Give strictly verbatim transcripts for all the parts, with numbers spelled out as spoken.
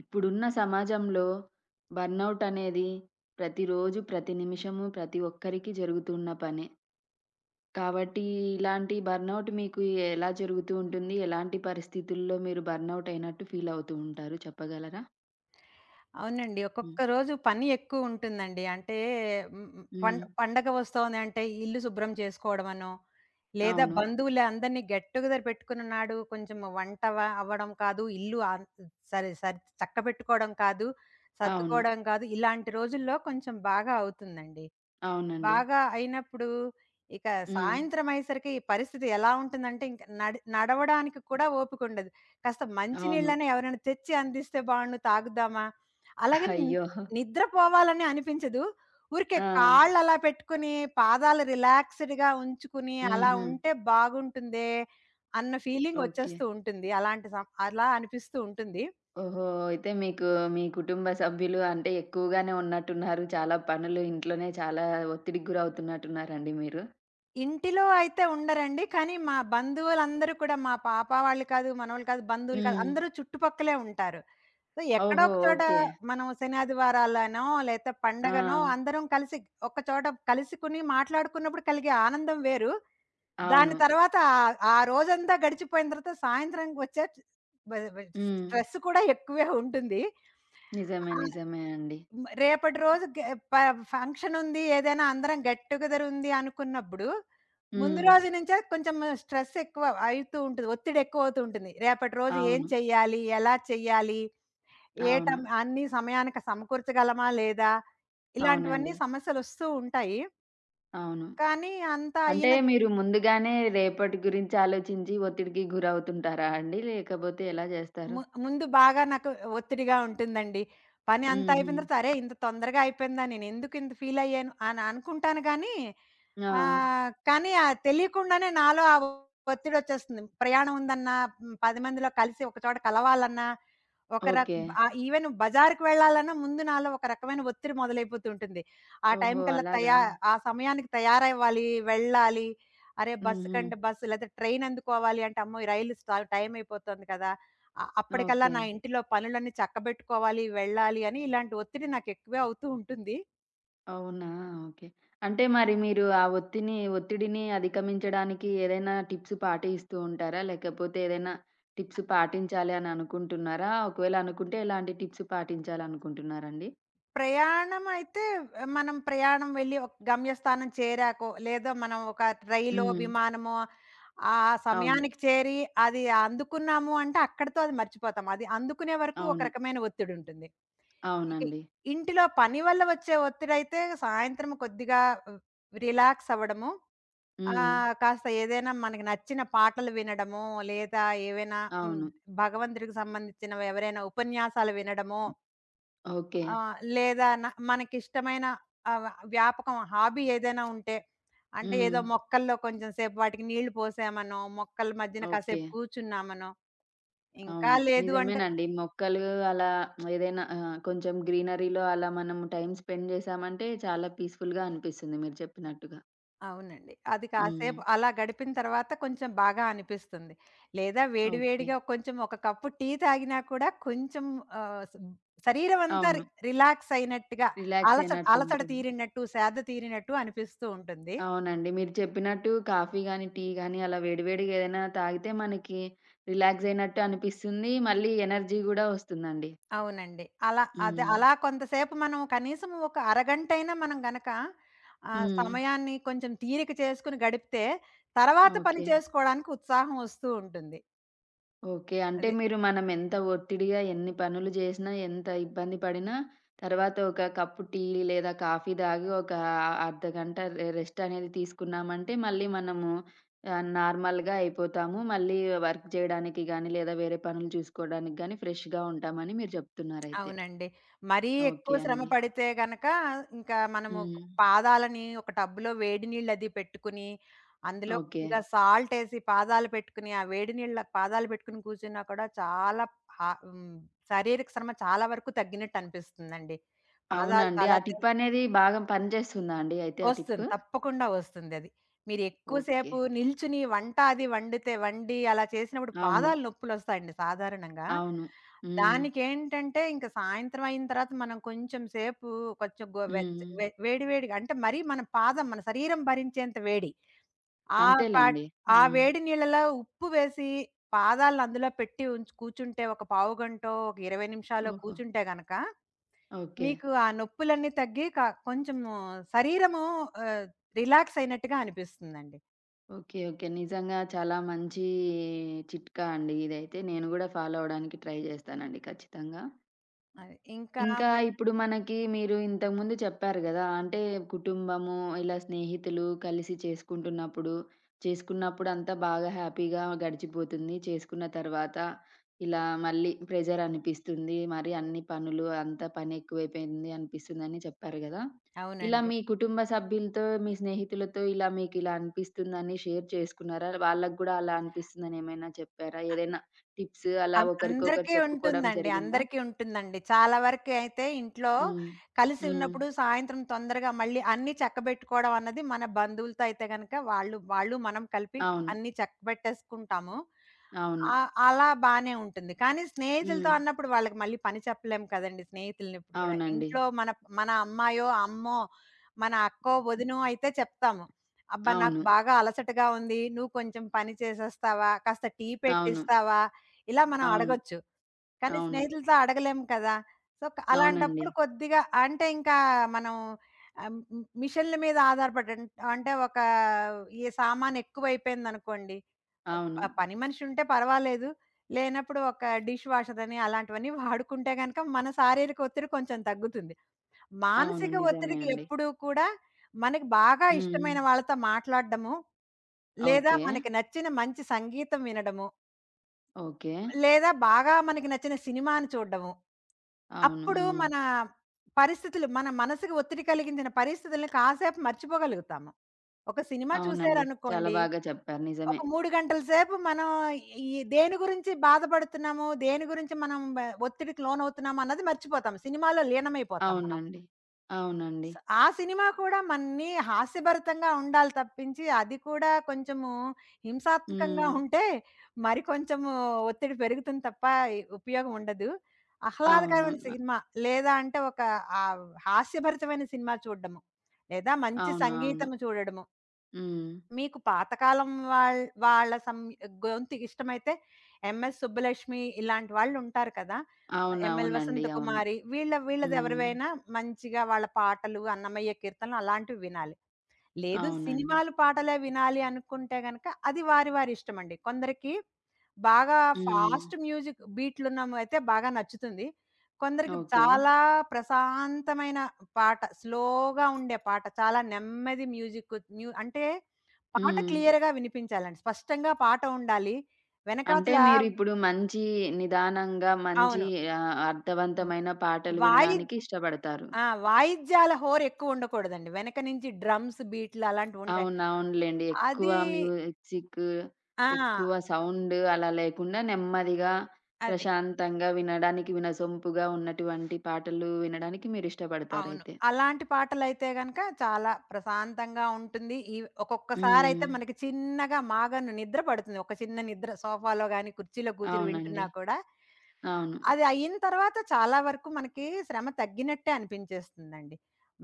ఇప్పుడున్న సమాజంలో బర్నౌట్ అనేది ప్రతిరోజు, ప్రతి నిమిషము, ప్రతి ఒక్కరికి జరుగుతున్న పనే. కాబట్టి ఇలాంటి బర్నౌట్ మీకు ఎలా జరుగుతూ ఉంటుంది? ఎలాంటి పరిస్థితుల్లో మీరు బర్నౌట్ అయినట్టు ఫీల్ అవుతూ ఉంటారు చెప్పగలరా? అవునండి. హ్మ్. ఒక్కొక్క రోజు పని ఎక్కువుంటుందండి. అంటే హ్మ్, హ్మ్. పం హ్మ్. పండగ వస్తోంది అంటే ఇల్లు శుభ్రం చేసుకోవడమనో, లేదా అవును. బంధువులు అందరిని గెట్ టుగెదర్ పెట్టుకున్న నాడు కొంచెం వంట వ అవ్వడం కాదు, ఇల్లు ఆన్ సరే సర్ చక్కబెట్టుకోవడం కాదు, అవును. సర్దుకోవడం కాదు, ఇలాంటి రోజుల్లో కొంచెం బాగా అవుతుందండి. అవునండి. బాగా అయినప్పుడు, ఇక హ్మ్. సాయంత్రం అయ్యేసరికి ఈ పరిస్థితి ఎలా ఉంటుందంటే, ఇంక నడి నడవడానికి కూడా ఓపికుండదు. కాస్త మంచి అవును. నీళ్ళని ఎవరైనా తెచ్చి అందిస్తే బావుండు తాగుద్దామా? అలాగని ని అయ్యో! నిద్రపోవాలని అనిపించదు. ఊరికే ఆ! కాళ్ళలా పెట్టుకొని, పాదాలు రిలాక్స్‌డ్‌గా ఉంచుకుని, అలా హుహు. ఉంటే బాగుంటుందే అన్న ఓకే. ఫీలింగొచ్చేస్తూ ఉంటుంది. అలాంటి సం అలా అనిపిస్తూ ఉంటుంది. ఓహో! అయితే మీకు మీ కుటుంబ సభ్యులు అంటే ఎక్కువగానే ఉన్నట్టున్నారు. చాలా పనులు ఇంట్లోనే చాలా ఒత్తిడికి గురవుతున్నట్టున్నారండి మీరు? ఇంటిలో అయితే ఉండరండి. కానీ మా బంధువులందరూ కూడా మా పాప వాళ్ళు కాదు, మనోళ్ళు కాదు, బంధువులు కాదు హ్మ్. అందరూ చుట్టుపక్కలే ఉంటారు. సో, ఎక్కడో ఓహో! ఒక చోట ఓకే. మనం శనాదివారాలనో లేతే ఆ! పండగనో అందరం కలిసి ఒక చోట కలుసుకుని మాట్లాడుకున్నప్పుడు కలిగే ఆనందం వేరు. దాని అవును. తర్వాత ఆహ్, ఆ రోజంతా గడిచిపోయిన తర్వాత సాయంత్రంకొచ్చే బ బ హ్మ్. స్ట్రెస్ కూడా ఎక్కువే ఉంటుంది. నిజమే. ఆ! హ్మ్. నిజమే అండి. రేపటి రోజు గె ప ఫంక్షనుంది, ఏదైనా అందరం గెట్ టుగెదర్ ఉంది అనుకున్నప్పుడు, ముందు హ్మ్. రోజు నుంచే కొంచెం స్ట్రెస్ ఎక్కువ అయితూ ఉంటది. ఒత్తిడి ఎక్కువవుతూ ఉంటుంది. రేపటి రోజు ఏం అవును. చెయ్యాలి? ఎలా చెయ్యాలి? ఏ అవును. టైం అన్నీ సమయానికి సమకూర్చగలమా? లేదా? ఇలాంటివన్నీ అవునండి. సమస్యలొస్తూ ఉంటాయి. అవును. కానీ అంతా అంటే అయిన మీరు ముందుగానే రేపటి గురించి ఆలోచించి ఒత్తిడికి గురవుతుంటారా అండి? లేకపోతే ఎలా చేస్తారు? ము ముందు బాగా నాకు ఒత్తిడిగా ఉంటుందండి. పని అంతా హుహు. అయిపోయిన తర్వాత అరే! ఇంత తొందరగా అయిపోయిందా? నేనెందుకు ఇంత ఫీల్ అయ్యాను అని అనుకుంటాను గానీ, ఆ! అవును. ఆహ్, కానీ ఆ తెలియకుండానే నాలో ఆ ఒత్తిడొచ్చేస్తుంది. ప్రయాణం ఉందన్నా, హ్మ్, పది మందిలో కలిసి ఒక చోట కలవాలన్నా ఒక రక్ ఓకే. ఆహ్, ఈవెన్ బజార్‌కి వెళ్ళాలన్నా ముందు నాలో ఒక రకమైన ఒత్తిడి మొదలైపోతుంటుంది. ఆ టైం ఓహో! కల్లా అలాగా. తయా ఆ సమయానికి తయారవ్వాలి, వెళ్ళాలి. అరే! బస్సు హుహు. కంటే బస్సు లేకపోతే ట్రైన్ అందుకోవాలి అంటే, అమ్మో! ఈ రైలు స్ట టైం అయిపోతుంది కదా! అ అప్పటికల్లా ఓకే. నా ఇంటిలో పనులన్నీ చక్కబెట్టుకోవాలి, వెళ్ళాలి అని ఇలాంటి ఒత్తిడి నాకు ఎక్కువే అవుతూ ఉంటుంది. అవునా! ఓకే. అంటే మరి మీరు ఆ ఒత్తిని ఒత్తిడిని అధిగమించడానికి ఏదైనా టిప్స్ పాటిస్తూ ఉంటారా? లేకపోతే ఏదైనా టిప్స్ పాటించాలి అని అనుకుంటున్నారా? ఒకవేళ అనుకుంటే ఎలాంటి టిప్స్ పాటించాలనుకుంటున్నారండి? ప్రయాణమైతే మనం ప్రయాణం వెళ్ళి ఒక గమ్యస్థానం చేరాకో, లేదా మనం ఒక రైలో, హ్మ్. విమానమో ఆ అవును. సమయానికి చేరి అది అందుకున్నాము అంటే అక్కడితో అది మర్చిపోతాం. అది అందుకునే వరకు ఒక అవును. రకమైన ఒత్తిడుంటుంది. ఇక అవునండి. ఇంటిలో పని వల్ల వచ్చే ఒత్తిడైతే సాయంత్రం కొద్దిగా రిలాక్స్ అవ్వడము. హ్మ్. ఆహ్, కాస్త ఏదైనా మనకి నచ్చిన పాటలు వినడమో, లేదా ఏవైనా హ్మ్, అవును. భగవంతుడికి సంబంధించినవి ఎవరైనా ఉపన్యాసాలు వినడమో. ఓకే. ఆ! లేదా న మనకిష్టమైన ఆహ్, వ్యాపకం హాబీ ఏదైనా ఉంటే, అంటే హ్మ్. ఏదో మొక్కల్లో కొంచెం సేపు వాటికి నీళ్లు పోసామనో, మొక్కల మధ్యన ఓకే. కాసేపు కూర్చున్నామనో, ఇంకా అవును. లేదు అంటే నిజమేనండి. మొక్కలు అలా ఏదైనా ఆహ్, కొంచెం గ్రీనరీలో అలా మనం టైమ్ స్పెండ్ చేశామంటే చాలా పీస్‌ఫుల్‌గా అనిపిస్తుంది మీరు చెప్పినట్టుగా. అవునండి. అది హ్మ్. కాసేపు అలా గడిపిన తర్వాత కొంచెం బాగా అనిపిస్తుంది. లేదా వేడి ఓకే. వేడిగా కొంచెం ఒక కప్పు టీ తాగినా కూడా కొంచెం ఆహ్, స్ శరీరం అంతా రి అవును. రిలాక్స్ అయినట్టుగా రిలాక్స్ అలస అలసట అయినట్టుంటుంది. తీరినట్టు, సేద తీరినట్టు అనిపిస్తూ ఉంటుంది. అవునండి. మీరు చెప్పినట్టు కాఫీ గాని, టీ గాని అలా వేడివేడిగా ఏదైనా తాగితే మనకి రిలాక్స్ అయినట్టు అనిపిస్తుంది. మళ్ళీ ఎనర్జీ గూడా వస్తుందండి. అవునండి. అలా అదే హ్మ్. అలా కొంతసేపు మనం కనీసం ఒక అరగంటైనా మనం గనక ఆహ్, హ్మ్. సమయాన్ని కొంచెం తీరిక చేసుకొని గడిపితే తర్వాత పని ఓకే. చేసుకోవడానికి ఉత్సాహం వస్తూ ఉంటుంది. ఓకే. అంటే అది. మీరు మనం ఎంత ఒత్తిడిగా ఎన్ని పనులు జేసినా, ఎంత ఇబ్బంది పడినా తర్వాత ఒక కప్పు టీ లేదా కాఫీ దాగి ఒక అర్ధగంట రె రెస్ట్ అనేది తీసుకున్నామంటే మళ్ళీ మనము ఆహ్, నార్మల్‌గా అయిపోతాము. మళ్ళీ వర్క్ చేయడానికి గానీ, లేదా వేరే పనులు చూసుకోవడానికి గానీ ఫ్రెష్‌గా ఉంటామని మీరు జెప్తున్నారయితే. అవునండి. మరీ ఎక్కువ ఓకే శ్రమ అండి. పడితే గనక ఇంకా మనము హ్మ్. పాదాలని ఒక టబ్‌లో వేడి నీళ్ళది పెట్టుకుని, అందులో ఓకే. కొద్దిగా సాల్టేసి పాదాలు పెట్టుకుని, ఆ వేడి నీళ్ళ పాదాలు పెట్టుకుని కూర్చున్నా కూడా చాలా హా హ్మ్. శారీరక శ్రమ చాలా వరకు తగ్గినట్టు అనిపిస్తుందండి. పాదాలు అవునండి. చాలా ఆ టిప్ తేలిక అనేది బాగా పని జేస్తుందా అండి అయితే ఆ వస్తుంది. టిప్పు? తప్పకుండా వస్తుందది. మీరెక్కువ ఓకే. సేపు నిల్చుని వంట అది వండితే వండి అలా చేసినప్పుడు అవును. పాదాలు నొప్పులొస్తాయండి సాధారణంగా. అవును. హ్మ్. దానికేంటంటే ఇంక సాయంత్రం అయిన తర్వాత మనం కొంచెం సేపు కొంచెం గో వెచ్చ హ్మ్. వె వేడి వేడిగా అంటే మరీ మన పాదం మన శరీరం భరించేంత వేడి. ఆ పాట్ అంతేలెండి. ఆ హ్మ్. వేడి నీళ్ళలో ఉప్పు వేసి పాదాలను అందులో పెట్టి ఉంచి కూర్చుంటే ఒక పావుగంటో, ఒక ఇరవై నిమిషాలో ఓహో! కూర్చుంటే గనక ఓకే. మీకు ఆ నొప్పులన్నీ తగ్గి క కొంచెము శరీరము ఆహ్, రిలాక్స్ అయినట్టుగా అనిపిస్తుందండి. ఓకే. ఓకే. నిజంగా చాలా మంచి చిట్కా అండి ఇదైతే. నేను గూడా ఫాలో అవ్వడానికి ట్రై జేస్తానండి ఖచ్చితంగా. అది ఇంకా ఇంకా మరి ఇప్పుడు మనకి మీరు ఇంతకుముందు చెప్పారు గదా! అంటే కుటుంబము, ఇలా స్నేహితులు కలిసి చేసుకుంటున్నప్పుడు, చేసుకున్నప్పుడు అంతా బాగా హ్యాపీగా గడిచిపోతుంది. చేసుకున్న తర్వాత ఇలా మళ్ళీ ప్రెషర్ అనిపిస్తుంది. మరి అన్ని పనులు అంతా పని ఎక్కువైపోయింది అనిపిస్తుందని చెప్పారు గదా! ఇలా అవునండి. మీ కుటుంబ సభ్యులతో, మీ స్నేహితులతో ఇలా మీకిలా అనిపిస్తుందని షేర్ చేసుకున్నారా? వాళ్ళకి గూడా అలా అనిపిస్తుందని ఏమైనా చెప్పారా? ఏదైనా టిప్స్ అలా అన్ ఒకరికొకరు అందరికీ చెప్పుకోవడం ఉంటుందండి. జరిగిందా? అందరికీ ఉంటుందండి. చాలా వరకు అయితే ఇంట్లో హ్మ్. కలిసి హ్మ్. ఉన్నప్పుడు సాయంత్రం తొందరగా మళ్ళీ అన్నీ చక్కబెట్టుకోవడం అన్నది మన బంధువులతో అయితే గనక వాళ్ళు, వాళ్ళు మనం కలిపి అవును. అన్నీ చక్కబెట్టేసుకుంటాము. అవును. ఆహ్, అలా బానే ఉంటుంది. కానీ స్నేహితులతో హ్మ్. అన్నప్పుడు వాళ్ళకి మళ్ళీ పని చెప్పలేం కదండీ స్నేహితులని ఎప్పుడు కూడా. అవునండి. ఇంట్లో మన మన అమ్మాయో, అమ్మో, మన అక్కో, వదినో అయితే చెప్తాము. "అబ్బా! నాకు అవును. బాగా అలసటగా ఉంది. నువ్వు కొంచెం పని చేసేస్తావా? కాస్త టీ అవును. పెట్టిస్తావా?" ఇలా మనం అవును. అడగొచ్చు. కానీ అవును. స్నేహితులతో అడగలేము కదా! సో, క అవునండి. అలాంటప్పుడు కొద్దిగా అంటే ఇంకా మనం ఆహ్, మ్ మిషన్ల మీద ఆధారపడడం అంటే ఒక ఈ సామాను ఎక్కువైపోయిందనుకోండి. అవును. ప పని మనిషి ఉంటే పర్వాలేదు. లేనప్పుడు ఒక డిష్ వాషర్ అని అలాంటివన్నీ వాడుకుంటే గనక మన శారీరక ఒత్తిడి కొంచెం తగ్గుతుంది. అవును. మానసిక నిజమే ఒత్తిడికి అండి. ఎప్పుడూ కూడా మనకి బాగా హ్మ్. ఇష్టమైన వాళ్ళతో మాట్లాడడము, లేదా ఓకే. మనకి నచ్చిన మంచి సంగీతం వినడము ఓకే. లేదా బాగా మనకి నచ్చిన సినిమాని చూడ్డము. అవును. అప్పుడు హ్మ్. మన పరిస్థితులు మన మనసుకి ఒత్తిడి కలిగించిన పరిస్థితుల్ని కాసేపు మర్చిపోగలుగుతాము. ఒక సినిమా అవునండి. చాలా చూసారనుకోండి, బాగా చెప్పారు. నిజమే. ఒక మూడు గంటల సేపు మనం ఈ దేని గురించి బాధపడుతున్నాము, దేని గురించి మనం బ ఒత్తిడికి లోనవుతున్నాము అన్నది మర్చిపోతాం. సినిమాలో లీనమైపోతాం మనం. అవునండి. స అవునండి. ఆ సినిమా కూడా మన్ని హాస్యభరితంగా ఉండాలి తప్పించి, అది కూడా కొంచెము హింసాత్మకంగా హ్మ్. ఉంటే, మరి కొంచెము ఒత్తిడి పెరుగుతుంది తప్ప ఎ ఉపయోగం ఉండదు. అవును. ఆహ్లాదకరమైన ఆహ్, సినిమా లేదా అంటే ఒక ఆహ్, హాస్యభరితమైన సినిమా చూడడము. లేదా మంచి అవును. అవును. సంగీతము చూడడము. హ్మ్. మీకు పాతకాలం వాళ్ వాళ్ళ సం గొంతు ఇష్టమైతే 'ఎంఎస్ సుబ్బలక్ష్మి' ఇలాంటి వాళ్ళుంటారు కదా! 'ఎంఎల్ అవునవునండి. అవును. వసంతకుమారి' వీళ్ళ హ్మ్. వీళ్ళదెవరివైనా మంచిగా వాళ్ళ పాటలు, అన్నమయ్య కీర్తనలు అలాంటివి వినాలి. లేదు అవునండి. సినిమాలు, పాటలే వినాలి అనుకుంటే గనక అది వారి వారి ఇష్టమండి. కొందరికి బాగా హ్మ్. ఫాస్ట్ మ్యూజిక్ బీట్లున్నమయితే బాగా నచ్చుతుంది. కొందరికి ఓకే. చాలా ప్రశాంతమైన పాట, స్లోగా ఉండే పాట, చాలా నెమ్మది మ్యూజిక్ న్యూ అంటే పాట హ్మ్. క్లియర్‌గా వినిపించాలండి. స్పష్టంగా పాట ఉండాలి. అంటే వెనకాతల మీరిప్పుడు మంచి నిదానంగా, మంచి అవును. ఆహ్, అర్థవంతమైన పాటలు వాయి వినడానికి ఇష్టపడతారు. ఆ! వాయిద్యాల హోరెక్కువుండకూడదండి. వెనక నుంచి డ్రమ్స్ బీట్లు అలాంటివుంటాయి. అవును. అవునులెండి. ఎక్కువ అది మ్యూజిక్, ఆ! ఎక్కువ సౌండ్ అలా లేకుండా నెమ్మదిగా, అది. ప్రశాంతంగా వినడానికి వినసొంపుగా ఉన్నటువంటి పాటలు వినడానికి అవును. మీరిష్టపడతారయితే. అలాంటి పాటలైతే గనక చాలా ప్రశాంతంగా ఉంటుంది. ఈవ్ ఒక్కొక్కసారయితే హ్మ్. మనకి చిన్నగా మాగాను నిద్ర పడుతుంది. ఒక చిన్న నిద్ర సోఫాలో గాని, కుర్చీలో కూర్చొని వింటున్నా అవునండి. కూడా, అవును. అది అయిన తర్వాత చాలా వరకు మనకి శ్రమ తగ్గినట్టే అనిపించేస్తుందండి.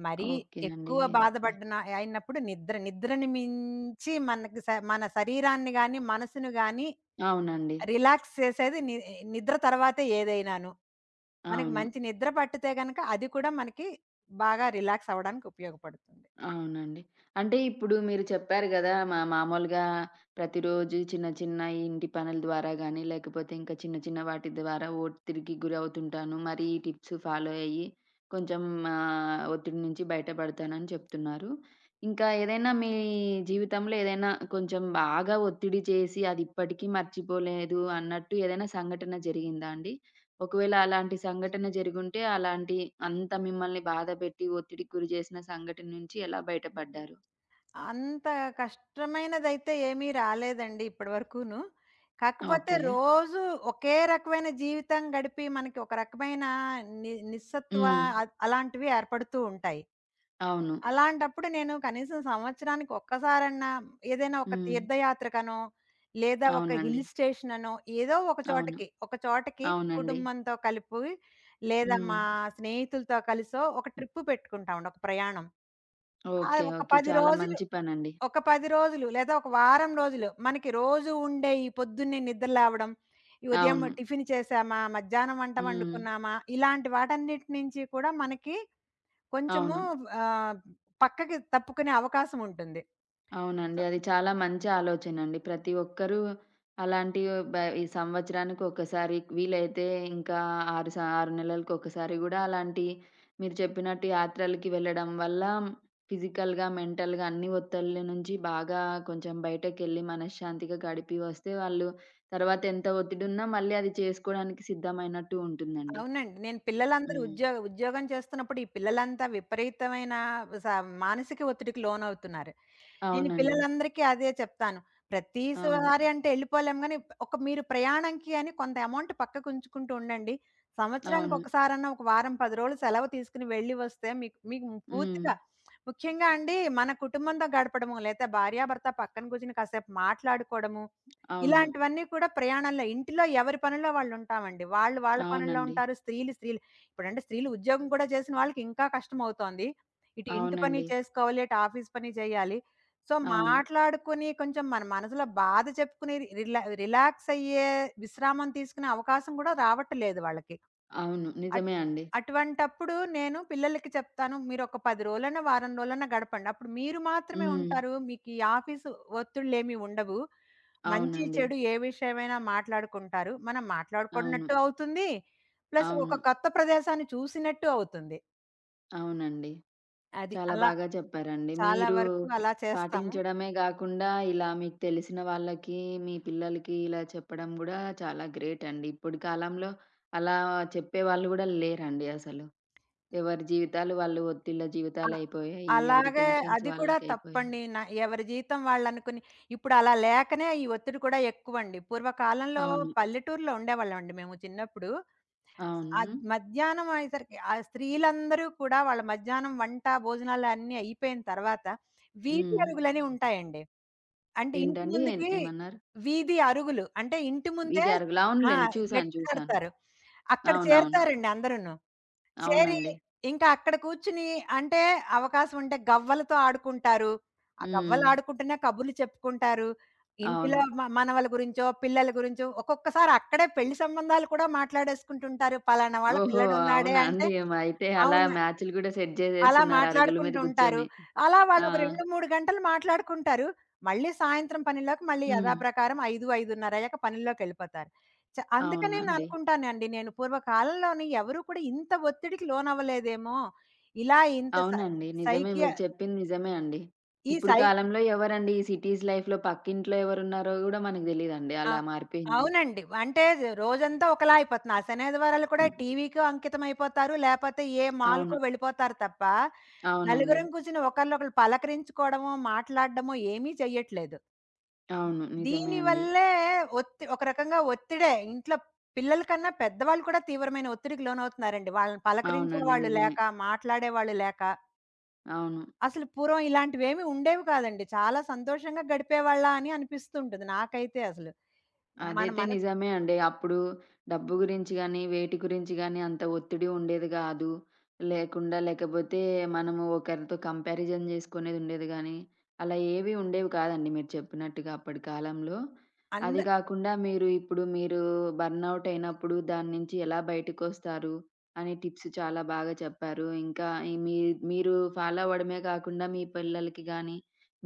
మరీ ఓకే అండి. ఎక్కువ ఓకే. బాధపడిన అయినప్పుడు నిద్ర. నిద్రని మించి మనకి స మన శరీరాన్ని గాని, మనసును గాని అవునండి. రిలాక్స్ చేసేది ని నిద్ర తర్వాతే ఏదైనాను. మనకి అవును. మంచి నిద్ర పట్టితే గనక అది కూడా మనకి బాగా రిలాక్స్ అవ్వడానికి ఉపయోగపడుతుంది. అవునండి. అంటే ఇప్పుడు మీరు చెప్పారు గదా! మా మామూలుగా ప్రతిరోజు చిన్న చిన్న ఈ ఇంటి పనుల ద్వారా గానీ, లేకపోతే ఇంకా చిన్న చిన్న వాటి ద్వారా ఒత్తిడికి గురవుతుంటాను. మరి ఈ టిప్స్ ఫాలో అయ్యి కొంచెం ఆహ్, ఒత్తిడి నుంచి బయటపడతానని చెప్తున్నారు. ఇంకా ఏదైనా మీ జీవితంలో ఏదైనా కొంచెం బాగా ఒత్తిడి చేసి అది ఇప్పటికీ మర్చిపోలేదు అన్నట్టు ఏదైనా సంఘటన జరిగిందా అండి? ఒకవేళ అలాంటి సంఘటన జరిగుంటే, అలాంటి అంత మిమ్మల్ని బాధపెట్టి, ఒత్తిడికి గురి చేసిన సంఘటన నుంచి ఎలా బయటపడ్డారు? అంత కష్టమైనదైతే ఏమీ రాలేదండి ఇప్పటి వరకును. కాకపోతే ఓకే. రోజు ఒకే రకమైన జీవితం గడిపి మనకి ఒక రకమైన ని నిస్సత్వ హ్మ్. అ అలాంటివి ఏర్పడుతూ ఉంటాయి. అవును. అలాంటప్పుడు నేను కనీసం సంవత్సరానికి ఒక్కసారన్నా ఏదైనా ఒక హ్మ్. తీర్థయాత్రకనో, లేదా ఒక అవునండి. హిల్ స్టేషన్ అనో ఏదో ఒక అవును. చోటకి, ఒక చోటకి అవునండి. కుటుంబంతో కలిపి లేదా హ్మ్. మా స్నేహితులతో కలిసో ఒక ట్రిప్ పెట్టుకుంటామండి. ఒక ప్రయాణం. అది ఓకే. ఒక ఓకే. 10 చాలా రోజులు, మంచి పనండి. ఒక పది రోజులు లేదా ఒక వారం రోజులు మనకి రోజు ఉండే ఈ పొద్దున్నే నిద్ర లేవడం, ఈ ఉదయం అవును. టిఫిన్ చేశామా? మధ్యాహ్నం వంట హ్మ్. వండుకున్నామా? ఇలాంటి వాటన్నిటి నుంచి కూడా మనకి కొంచెము అవును. ఆహ్, పక్కకి తప్పుకునే అవకాశం ఉంటుంది. సో అవునండి. అది చాలా మంచి ఆలోచనండి. ప్రతి ఒక్కరూ అలాంటి బ ఈ సంవత్సరానికి ఒకసారి వీలైతే ఇంకా 6 సా ఆరు నెలలకు ఒకసారి గూడా అలాంటి మీరు చెప్పినట్టు యాత్రలకి వెళ్ళడం వల్ల ఫిజికల్‌గా, మెంటల్‌గా అన్ని ఒత్తిళ్ళ నుంచి బాగా కొంచెం బయటకెళ్ళి మనశ్శాంతిగా గడిపి వస్తే వాళ్ళు తర్వాత ఎంత ఒత్తిడున్నా మళ్ళీ అది చేసుకోవడానికి సిద్ధమైనట్టు ఉంటుందండి. అవునండి. నేను పిల్లలందరూ హ్మ్. ఉద్యో ఉద్యోగం చేస్తున్నప్పుడు, ఈ పిల్లలంతా విపరీతమైన స మానసిక ఒత్తిడికి లోనవుతున్నారు. నేను అవునండి. పిల్లలందరికీ అదే చెప్తాను. అవును. ప్రతిసారి అంటే ఎళ్ళిపోలేము గానీ, ఒక మీరు ప్రయాణంకి అని కొంత అమౌంట్ పక్కకు ఉంచుకుంటూ ఉండండి. సంవత్సరానికి అవును. ఒకసారన్నా ఒక వారం, పది రోజులు సెలవు తీసుకొని వెళ్ళి వస్తే మీకు మీకు హ్మ్. పూర్తిగా ముఖ్యంగా అండి మన కుటుంబంతో గడపడము, లేతే భార్యాభర్త పక్కన కూర్చొని కాసేపు మాట్లాడుకోవడము, అవును. ఇలాంటివన్నీ కూడా ప్రయాణంలో ఇంటిలో ఎవరి పనుల్లో వాళ్ళుంటామండి. వాళ్ళు వాళ్ళ పనుల్లో అవునండి. ఉంటారు. స్త్రీలు స్త్రీలు ఇప్పుడంటే స్త్రీలు ఉద్యోగం కూడా చేసిన వాళ్ళకి ఇంకా కష్టమవుతోంది. ఇటు ఇంటి పని అవునండి. చేసుకోవాలి, అటు ఆఫీస్ పని చేయాలి. సో, అవును. మాట్లాడుకొని కొంచెం మన మనసులో బాధ చెప్పుకుని రిలా రిలాక్స్ అయ్యే విశ్రామం తీసుకునే అవకాశం గూడా రావట్లేదు వాళ్ళకి. అవును. అట్ నిజమే అండి. అటువంటప్పుడు నేను పిల్లలకి చెప్తాను, "మీరొక పది రోజులైనా, వారం రోజులైనా గడపండి. అప్పుడు మీరు మాత్రమే హ్మ్. ఉంటారు. మీకీ ఆఫీసు ఒత్తిళ్ళేమీ ఉండవు. మంచి, అవునండి. చెడు ఏ విషయమైనా మాట్లాడుకుంటారు. మనం అవును. మాట్లాడుకున్నట్టు అవుతుంది. ప్లస్ అవును. ఒక కొత్త ప్రదేశాన్ని చూసినట్టు అవుతుంది." అవునండి. అది. చాలా అలా బాగా చెప్పారండి. చాలా మీరు వరకు అలా చేస్తాము. పాటించడమే గాకుండా, ఇలా మీకు తెలిసిన వాళ్ళకి, మీ పిల్లలకి ఇలా చెప్పడం గూడా చాలా గ్రేట్ అండి. ఇప్పుడు కాలంలో అలా చెప్పేవాళ్ళు గూడా లేరండి అసలు. ఎవరి జీవితాలు వాళ్ళు ఒత్తిళ్ళ అ జీవితాలయిపోయాయి. ఎవరి అలాగే టెన్షన్స్ అది కూడా వాళ్ళకయిపోయాయి. తప్పండి. న ఎవరి జీతం వాళ్ళనుకుని ఇప్పుడు అలా లేకనే ఈ ఒత్తిడి కూడా ఎక్కువండి. పూర్వకాలంలో అవును. పల్లెటూరులో ఉండేవాళ్ళమండి మేము చిన్నప్పుడు. స్ అద్ అవును. మధ్యాహ్నం అయ్యేసరికి ఆ స్త్రీలందరూ కూడా వాళ్ళ మధ్యాహ్నం వంట, భోజనాలు అన్నీ అయిపోయిన తర్వాత వీధి హ్మ్. అరుగులని ఉంటాయండి. అంటే ఇంటి ఏంటండి? ఏన్ ముందుకి ఏమన్నారు? వీధి అరుగులు. అంటే ఇంటి ముందే ఇది అరగలా ఆ! అవునులెండి. చూసాను. గట్లు చూసాను. కడతారు. అక్కడ అవునవును. చేరతారండి అందరూను. చేరి అవునండి. ఇంకా అక్కడ కూర్చుని అంటే అవకాశం ఉంటే గవ్వలతో ఆడుకుంటారు. ఆ గవ్వలు హ్మ్. ఆడుకుంటూనే కబుర్లు చెప్పుకుంటారు. ఇంటిలో అవును. మ మనవల గురించో, పిల్లల గురించో ఒక్కొక్కసారి అక్కడే పెళ్లి సంబంధాలు కూడా మాట్లాడేసుకుంటుంటారు. పలానా వాళ్ళ ఓహో! పిల్లడున్నాడే అవునా అంటే అండి? ఏం అయితే అలా అవును. మ్యాచ్‌లు గూడా సెట్ అలా జేసేస్తున్నారు అరుగుల మీద మాట్లాడుకుంటూ ఉంటారు. గూర్చొని. అలా వాళ్ళు ఆ! ఒక రెండు, మూడు గంటలు మాట్లాడుకుంటారు. మళ్ళీ సాయంత్రం పనిలోకి మళ్ళీ హ్మ్. యథాప్రకారం ఐదు, ఐదున్నర అయ్యాక పనుల్లోకెళ్ళిపోతారు. చ అందుకనే నేను అవునండి. అనుకుంటానండి నేను పూర్వకాలంలోని ఎవరు కూడా ఇంత ఒత్తిడికి లోనవ్వలేదేమో! ఇలా ఇంత సై అవునండి. నిజమే. సైకియ మీరు చెప్పింది నిజమే అండి. ఈ ఇప్పుడు సై కాలంలో ఎవరండి ఈ సిటీస్ లైఫ్‌లో పక్కింట్లో ఎవరున్నారో గూడా మనకు తెలీదండి. ఆ! అలా మారిపోయింది. అవునండి. అంటే రోజంతా ఒకలా అయిపోతుంది. ఆ శని, ఆదివారాలు కూడా టీవీకి అంకితం అయిపోతారు. లేపోతే ఏ అవును. అవును. మాల్‌కో వెళ్ళిపోతారు తప్ప, అవునండి. నలుగురం కూర్చొని ఒకళ్ళనొకళ్ళు పలకరించుకోవడమో, మాట్లాడడమో ఏమీ చెయ్యట్లేదు. అవును. నిజమే అండి. దీనివల్లే ఒత్తి ఒక రకంగా ఒత్తిడే. ఇంట్లో పిల్లల కన్నా పెద్దవాళ్ళు కూడా తీవ్రమైన ఒత్తిడికి లోనవుతున్నారండి. వాళ్ళని అవునండి. పలకరించేవాళ్ళు నిజమే. లేక, మాట్లాడేవాళ్ళు లేక. అవును. అసలు పూర్వం ఇలాంటివేమి ఉండేవి కాదండి. చాలా సంతోషంగా గడిపేవాళ్ళా అని అనిపిస్తూ ఉంటుంది నాకైతే అసలు. మన అదైతే మన నిజమే అండి. అప్పుడు డబ్బు గురించి గానీ, వేటి గురించి గానీ అంత ఒత్తిడి ఉండేది గాదు. లేకుండా లేకపోతే మనము ఒకరితో కంపారిజన్ జేసుకునేదుండేది గానీ, అలా ఏవి ఉండేవి కాదండి మీరు చెప్పినట్టుగా అప్పటి కాలంలో. అంద అది గాకుండా మీరు ఇప్పుడు మీరు బర్న్‌ఔట్ అయినప్పుడు దాని నుంచి ఎలా బయటకొస్తారు అనే టిప్స్ చాలా బాగా చెప్పారు. ఇంకా ఈ మీ మీరు ఫాలో అవ్వడమే కాకుండా మీ పిల్లలకి గానీ,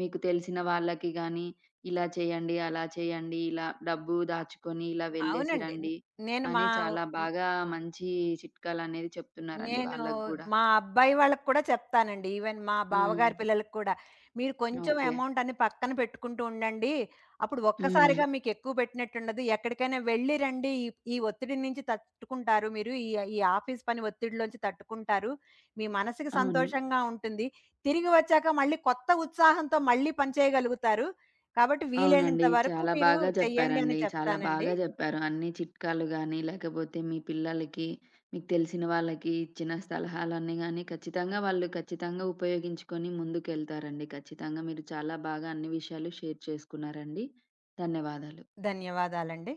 మీకు తెలిసిన వాళ్ళకి గానీ ఇలా చేయండి, అలా చేయండి, ఇలా డబ్బు దాచుకొని ఇలా వెళ్ళేసి అవునండి. న్ రండి నేను మా అని చాలా హ్మ్. బాగా మంచి చిట్కాలనేది చెప్తున్నారండి నేను వాళ్ళకి గూడా. మా అబ్బాయి వాళ్ళకి కూడా చెప్తానండి. ఈవెన్ మా హ్మ్. బావగారి పిల్లలకి కూడా. మీరు కొంచెం ఓకే. అమౌంట్ అని పక్కన పెట్టుకుంటూ ఉండండి. అప్పుడు హ్మ్. ఒక్కసారిగా మీకు ఎక్కువ పెట్టినట్టుండదు. ఎక్కడికైనా వెళ్లి రండి. ఈ ఈ ఒత్తిడి నుంచి తట్టుకుంటారు మీరు. ఈ ఈ ఆఫీస్ పని ఒత్తిడిలోంచి తట్టుకుంటారు. మీ మనసుకి అవును. సంతోషంగా ఉంటుంది. తిరిగి వచ్చాక మళ్ళీ కొత్త ఉత్సాహంతో మళ్ళీ పని చేయగలుగుతారు. కాబట్టి వీలైనంత అవునండి. వరకు చాలా మీరు బాగా చెయ్యండి అని చెప్పారండి. చాలా చెప్తానండి. బాగా చెప్పారు. అన్ని చిట్కాలు గానీ, లేకపోతే మీ పిల్లలకి, మీకు తెలిసిన వాళ్ళకి ఇచ్చిన సలహాలన్నీ గానీ, ఖచ్చితంగా వాళ్ళు ఖచ్చితంగా ఉపయోగించుకొని ముందుకెళ్తారండి. ఖచ్చితంగా మీరు చాలా బాగా అన్ని విషయాలు షేర్ చేసుకున్నారండి. ధన్యవాదాలు. ధన్యవాదాలండి.